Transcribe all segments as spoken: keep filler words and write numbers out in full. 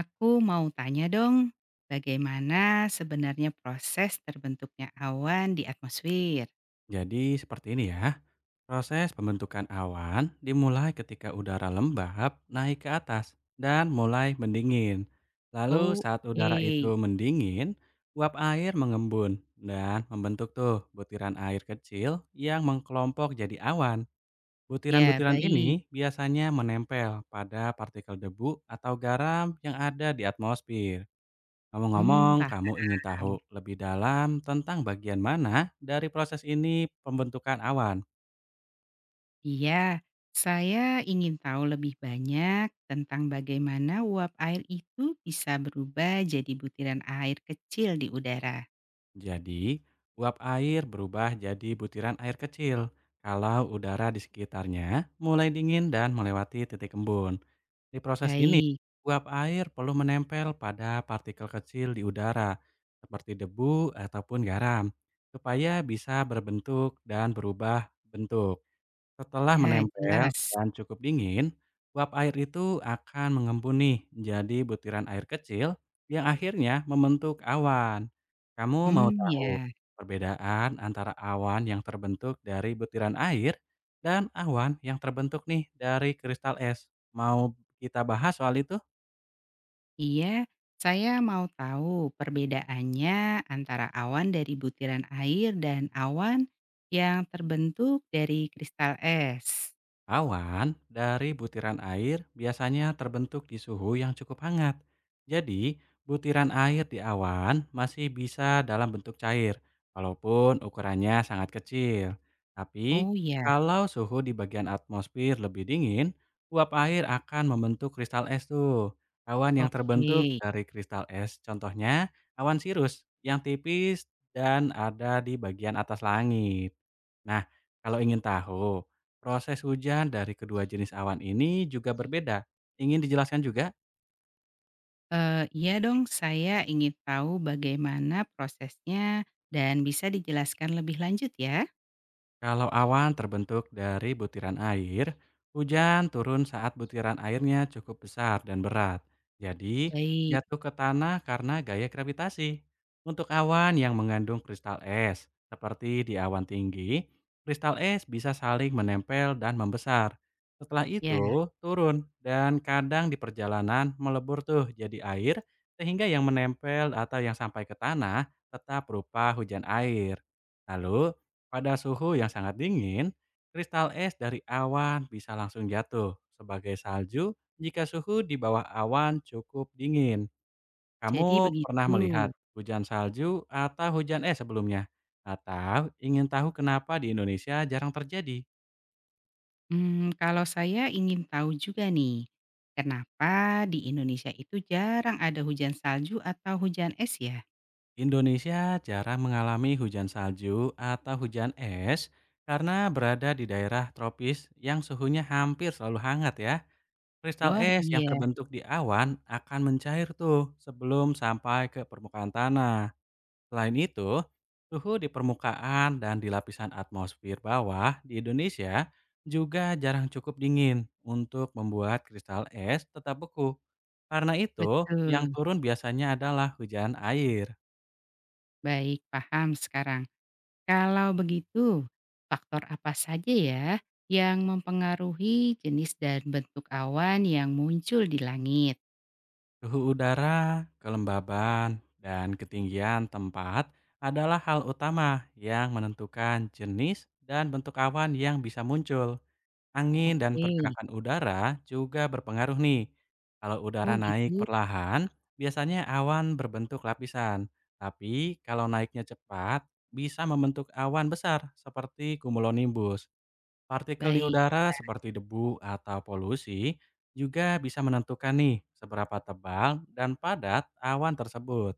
Aku mau tanya dong, bagaimana sebenarnya proses terbentuknya awan di atmosfer? Jadi seperti ini ya, proses pembentukan awan dimulai ketika udara lembab naik ke atas dan mulai mendingin. Lalu Oh, saat oke. udara itu mendingin, uap air mengembun dan membentuk tuh butiran air kecil yang mengkelompok jadi awan. Ya, Butiran-butiran baik. ini biasanya menempel pada partikel debu atau garam yang ada di atmosfer. Hmm, Ngomong-ngomong, kamu ingin tahu paham. lebih dalam tentang bagian mana dari proses ini pembentukan awan. Iya, saya ingin tahu lebih banyak tentang bagaimana uap air itu bisa berubah jadi butiran air kecil di udara. Jadi, uap air berubah jadi butiran air kecil kalau udara di sekitarnya mulai dingin dan melewati titik embun. Di proses ini, Baik. uap air perlu menempel pada partikel kecil di udara seperti debu ataupun garam supaya bisa berbentuk dan berubah bentuk. Setelah Ya, menempel jelas. dan cukup dingin, uap air itu akan mengembun nih jadi butiran air kecil yang akhirnya membentuk awan. Kamu mau Hmm, tahu ya. perbedaan antara awan yang terbentuk dari butiran air dan awan yang terbentuk nih dari kristal es? Mau kita bahas soal itu? Iya, saya mau tahu perbedaannya antara awan dari butiran air dan awan yang terbentuk dari kristal es. Awan dari butiran air biasanya terbentuk di suhu yang cukup hangat. Jadi, butiran air di awan masih bisa dalam bentuk cair, walaupun ukurannya sangat kecil. Tapi, Oh ya, kalau suhu di bagian atmosfer lebih dingin, uap air akan membentuk kristal es tuh. Awan yang oke. terbentuk dari kristal es, contohnya awan sirus yang tipis dan ada di bagian atas langit. Nah, kalau ingin tahu, proses hujan dari kedua jenis awan ini juga berbeda. Ingin dijelaskan juga? Eh, iya dong, saya ingin tahu bagaimana prosesnya dan bisa dijelaskan lebih lanjut ya. Kalau awan terbentuk dari butiran air, hujan turun saat butiran airnya cukup besar dan berat. Jadi, Baik, jatuh ke tanah karena gaya gravitasi. Untuk awan yang mengandung kristal es, seperti di awan tinggi, kristal es bisa saling menempel dan membesar. Setelah ya, itu, turun dan kadang di perjalanan melebur tuh jadi air, sehingga yang menempel atau yang sampai ke tanah tetap berupa hujan air. Lalu pada suhu yang sangat dingin, kristal es dari awan bisa langsung jatuh sebagai salju jika suhu di bawah awan cukup dingin. jadi Kamu pernah begitu. melihat hujan salju atau hujan es sebelumnya? Atau ingin tahu kenapa di Indonesia jarang terjadi? Hmm, kalau saya ingin tahu juga nih, kenapa di Indonesia itu jarang ada hujan salju atau hujan es ya? Indonesia jarang mengalami hujan salju atau hujan es karena berada di daerah tropis yang suhunya hampir selalu hangat ya. Kristal Wah, es yang iya, terbentuk di awan akan mencair tuh sebelum sampai ke permukaan tanah. Selain itu, suhu di permukaan dan di lapisan atmosfer bawah di Indonesia juga jarang cukup dingin untuk membuat kristal es tetap beku. Karena itu, yang betul. turun biasanya adalah hujan air. Baik, paham sekarang. Kalau begitu, faktor apa saja ya yang mempengaruhi jenis dan bentuk awan yang muncul di langit? Suhu udara, kelembaban, dan ketinggian tempat adalah hal utama yang menentukan jenis dan bentuk awan yang bisa muncul. Angin dan Oke. pergerakan udara juga berpengaruh nih. Kalau udara Oh, naik gitu. perlahan, biasanya awan berbentuk lapisan. Tapi kalau naiknya cepat, bisa membentuk awan besar seperti cumulonimbus. Partikel di Baik. udara seperti debu atau polusi juga bisa menentukan nih seberapa tebal dan padat awan tersebut.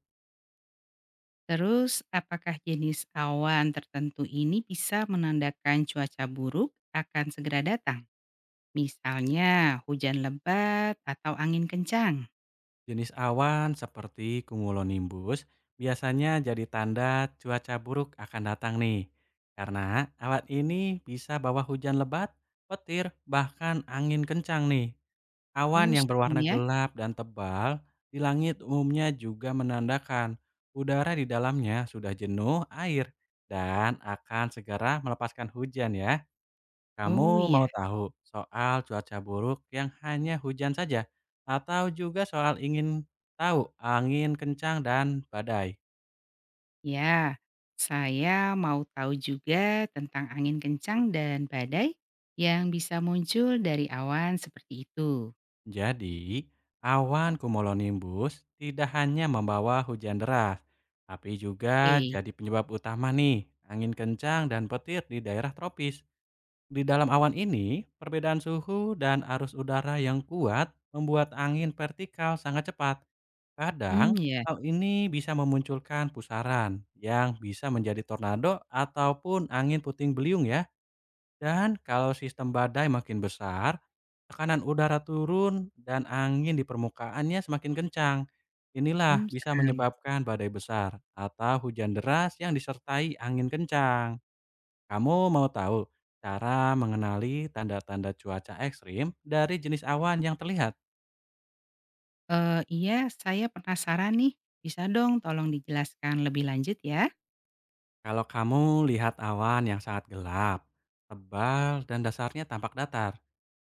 Terus, apakah jenis awan tertentu ini bisa menandakan cuaca buruk akan segera datang? Misalnya hujan lebat atau angin kencang? Jenis awan seperti cumulonimbus biasanya jadi tanda cuaca buruk akan datang nih. Karena awan ini bisa bawa hujan lebat, petir, bahkan angin kencang nih. Oh, Awan yang serem berwarna ya. gelap dan tebal di langit umumnya juga menandakan udara di dalamnya sudah jenuh air dan akan segera melepaskan hujan ya. Kamu Oh, mau iya. tahu soal cuaca buruk yang hanya hujan saja, atau juga soal ingin tahu angin kencang dan badai? Ya, saya mau tahu juga tentang angin kencang dan badai yang bisa muncul dari awan seperti itu. Jadi, awan cumulonimbus tidak hanya membawa hujan deras, tapi juga Eh, jadi penyebab utama nih angin kencang dan petir di daerah tropis. Di dalam awan ini, perbedaan suhu dan arus udara yang kuat membuat angin vertikal sangat cepat. hmm, Kadang, ya. hal ini bisa memunculkan pusaran yang bisa menjadi tornado ataupun angin puting beliung ya. Dan kalau sistem badai makin besar, tekanan udara turun dan angin di permukaannya semakin kencang. Inilah Hmm, bisa serem. menyebabkan badai besar atau hujan deras yang disertai angin kencang. Kamu mau tahu cara mengenali tanda-tanda cuaca ekstrim dari jenis awan yang terlihat? Eh, iya, saya penasaran nih. Bisa dong tolong dijelaskan lebih lanjut ya? Kalau kamu lihat awan yang sangat gelap, tebal, dan dasarnya tampak datar,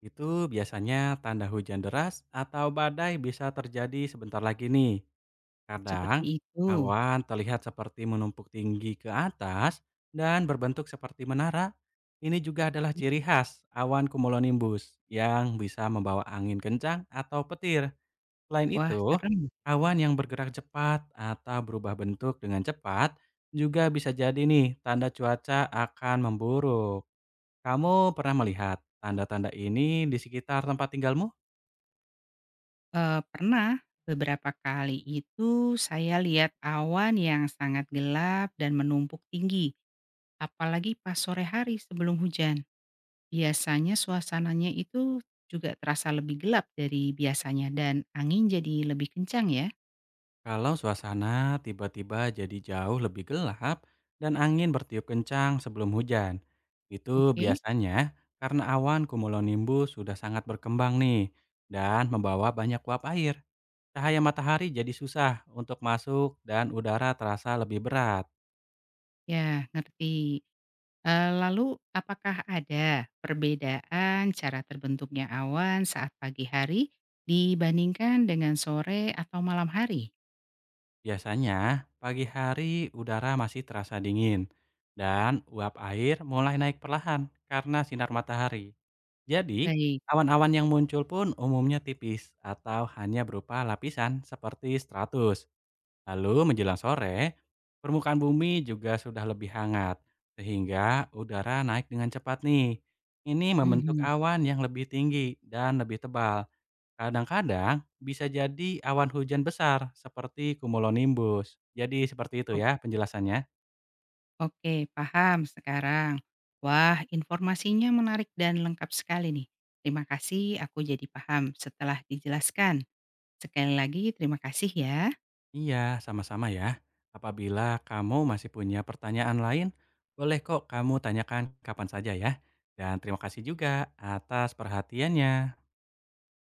itu biasanya tanda hujan deras atau badai bisa terjadi sebentar lagi nih. Seperti Kadang, itu. awan terlihat seperti menumpuk tinggi ke atas dan berbentuk seperti menara. Ini juga adalah ciri khas awan cumulonimbus yang bisa membawa angin kencang atau petir. Selain Wah, itu, serem. awan yang bergerak cepat atau berubah bentuk dengan cepat juga bisa jadi nih tanda cuaca akan memburuk. Kamu pernah melihat tanda-tanda ini di sekitar tempat tinggalmu? Eh, pernah beberapa kali itu saya lihat awan yang sangat gelap dan menumpuk tinggi, apalagi pas sore hari sebelum hujan. Biasanya suasananya itu juga terasa lebih gelap dari biasanya dan angin jadi lebih kencang ya. Kalau suasana tiba-tiba jadi jauh lebih gelap dan angin bertiup kencang sebelum hujan, itu Oke, biasanya karena awan cumulonimbus sudah sangat berkembang nih dan membawa banyak uap air. Cahaya matahari jadi susah untuk masuk dan udara terasa lebih berat. ya, ngerti. Eh, lalu apakah ada perbedaan cara terbentuknya awan saat pagi hari dibandingkan dengan sore atau malam hari? Biasanya, pagi hari udara masih terasa dingin dan uap air mulai naik perlahan karena sinar matahari. Jadi, Baik. awan-awan yang muncul pun umumnya tipis atau hanya berupa lapisan seperti stratus. Lalu menjelang sore, permukaan bumi juga sudah lebih hangat sehingga udara naik dengan cepat nih. Ini membentuk Mhm. awan yang lebih tinggi dan lebih tebal. Kadang-kadang bisa jadi awan hujan besar seperti cumulonimbus. Jadi seperti itu O- ya penjelasannya. Oke, paham sekarang. Wah, informasinya menarik dan lengkap sekali nih. Terima kasih, aku jadi paham setelah dijelaskan. Sekali lagi terima kasih ya. Iya, sama-sama ya. Apabila kamu masih punya pertanyaan lain, boleh kok kamu tanyakan kapan saja ya. Dan terima kasih juga atas perhatiannya.